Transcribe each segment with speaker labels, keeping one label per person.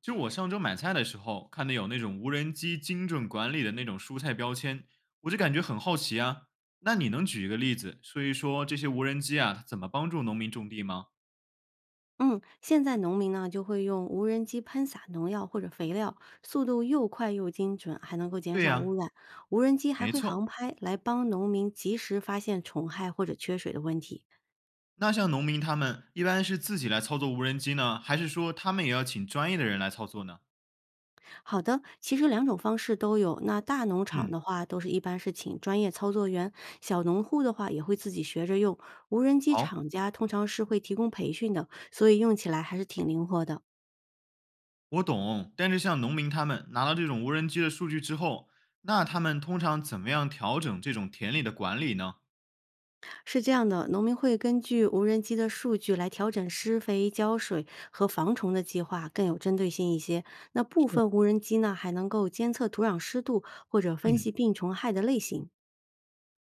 Speaker 1: 就是我上周买菜的时候看到有那种无人机精准管理的那种蔬菜标签，我就感觉很好奇啊。那你能举一个例子说一说这些无人机啊，它怎么帮助农民种地吗？
Speaker 2: 嗯，现在农民呢就会用无人机喷洒农药或者肥料，速度又快又精准，还能够减
Speaker 1: 对
Speaker 2: 少
Speaker 1: 呀、
Speaker 2: 污染。无人机还
Speaker 1: 没
Speaker 2: 会航
Speaker 1: 错。
Speaker 2: 拍，来帮农民及时发现虫害或者缺水的问题。
Speaker 1: 那像农民他们一般是自己来操作无人机呢，还是说他们也要请专业的人来操作呢？
Speaker 2: 好的，其实两种方式都有。那大农场
Speaker 1: 嗯，
Speaker 2: 的话，都是一般是请专业操作员；小农户的话，也会自己学着用。无人机
Speaker 1: 好，
Speaker 2: 厂家通常是会提供培训的，所以用起来还是挺灵活的。
Speaker 1: 我懂。但是像农民他们拿到这种无人机的数据之后，那他们通常怎么样调整这种田里的管理呢？
Speaker 2: 是这样的，农民会根据无人机的数据来调整施肥、浇水和防虫的计划，更有针对性一些。那部分无人机呢，还能够监测土壤湿度或者分析
Speaker 1: 嗯，
Speaker 2: 病虫害的类型。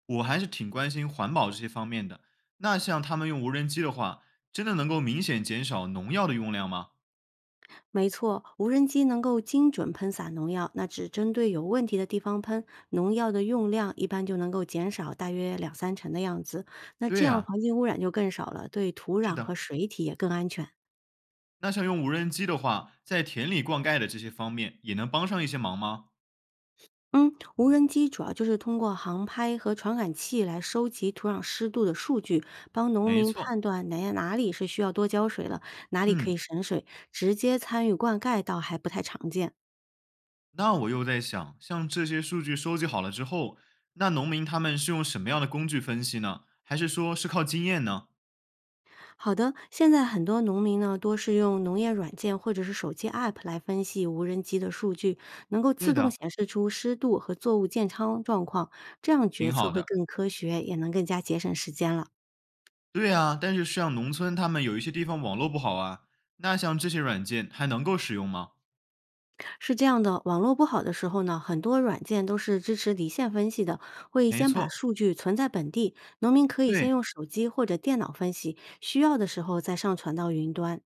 Speaker 1: 我还是挺关心环保这些方面的。那像他们用无人机的话，真的能够明显减少农药的用量吗？
Speaker 2: 没错，无人机能够精准喷洒农药，那只针对有问题的地方喷，农药的用量一般就能够减少大约两三成的样子。那
Speaker 1: 对
Speaker 2: 这样
Speaker 1: 呀、
Speaker 2: 环境污染就更少了，对土
Speaker 1: 是
Speaker 2: 壤和
Speaker 1: 的。
Speaker 2: 水体也更安全。
Speaker 1: 那像用无人机的话，在田里灌溉的这些方面，也能帮上一些忙吗？
Speaker 2: 嗯，无人机主要就是通过航拍和传感器来收集土壤湿度的数据，帮农
Speaker 1: 没
Speaker 2: 民
Speaker 1: 错，
Speaker 2: 判断哪里是需要多浇水了，哪里可以
Speaker 1: 嗯。
Speaker 2: 省水，直接参与灌溉倒还不太常见。
Speaker 1: 那我又在想，像这些数据收集好了之后，那农民他们是用什么样的工具分析呢？还是说是靠经验呢？
Speaker 2: 好的，现在很多农民呢多是用农业软件或者是手机 App 来分析无人机的数据，能够
Speaker 1: 对
Speaker 2: 自动
Speaker 1: 的，
Speaker 2: 显示出湿度和作物健康状况，这样决
Speaker 1: 挺
Speaker 2: 策
Speaker 1: 好
Speaker 2: 会
Speaker 1: 的。
Speaker 2: 更科学，也能更加节省时间了。
Speaker 1: 对啊，但是像农村他们有一些地方网络不好啊，那像这些软件还能够使用吗？
Speaker 2: 是这样的，网络不好的时候呢，很多软件都是支持离线分析的，会
Speaker 1: 没
Speaker 2: 先把
Speaker 1: 错，
Speaker 2: 数据存在本地，农民可以
Speaker 1: 对。
Speaker 2: 先用手机或者电脑分析，需要的时候再上传到云端。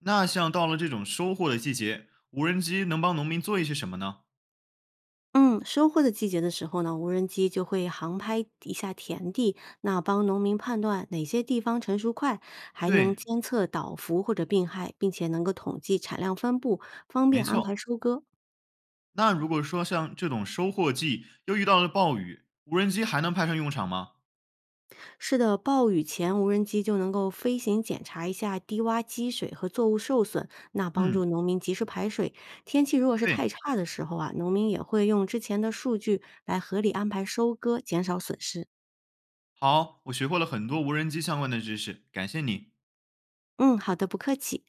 Speaker 1: 那像到了这种收获的季节，无人机能帮农民做一些什么呢？
Speaker 2: 嗯，收获的季节的时候呢，无人机就会航拍一下田地，那帮农民判断哪些地方成熟快，还能
Speaker 1: 对，
Speaker 2: 监测倒伏或者病害，并且能够统计产量分布，方
Speaker 1: 没
Speaker 2: 便安
Speaker 1: 错。
Speaker 2: 排收割。
Speaker 1: 那如果说像这种收获季又遇到了暴雨，无人机还能派上用场吗？
Speaker 2: 是的，暴雨前无人机就能够飞行检查一下低洼积水和作物受损，那帮
Speaker 1: 嗯，
Speaker 2: 助农民及时排水。天气如果是
Speaker 1: 对。
Speaker 2: 太差的时候啊，农民也会用之前的数据来合理安排收割，减少损失。
Speaker 1: 好，我学会了很多无人机相关的知识，感谢你。
Speaker 2: 嗯，好的，不客气。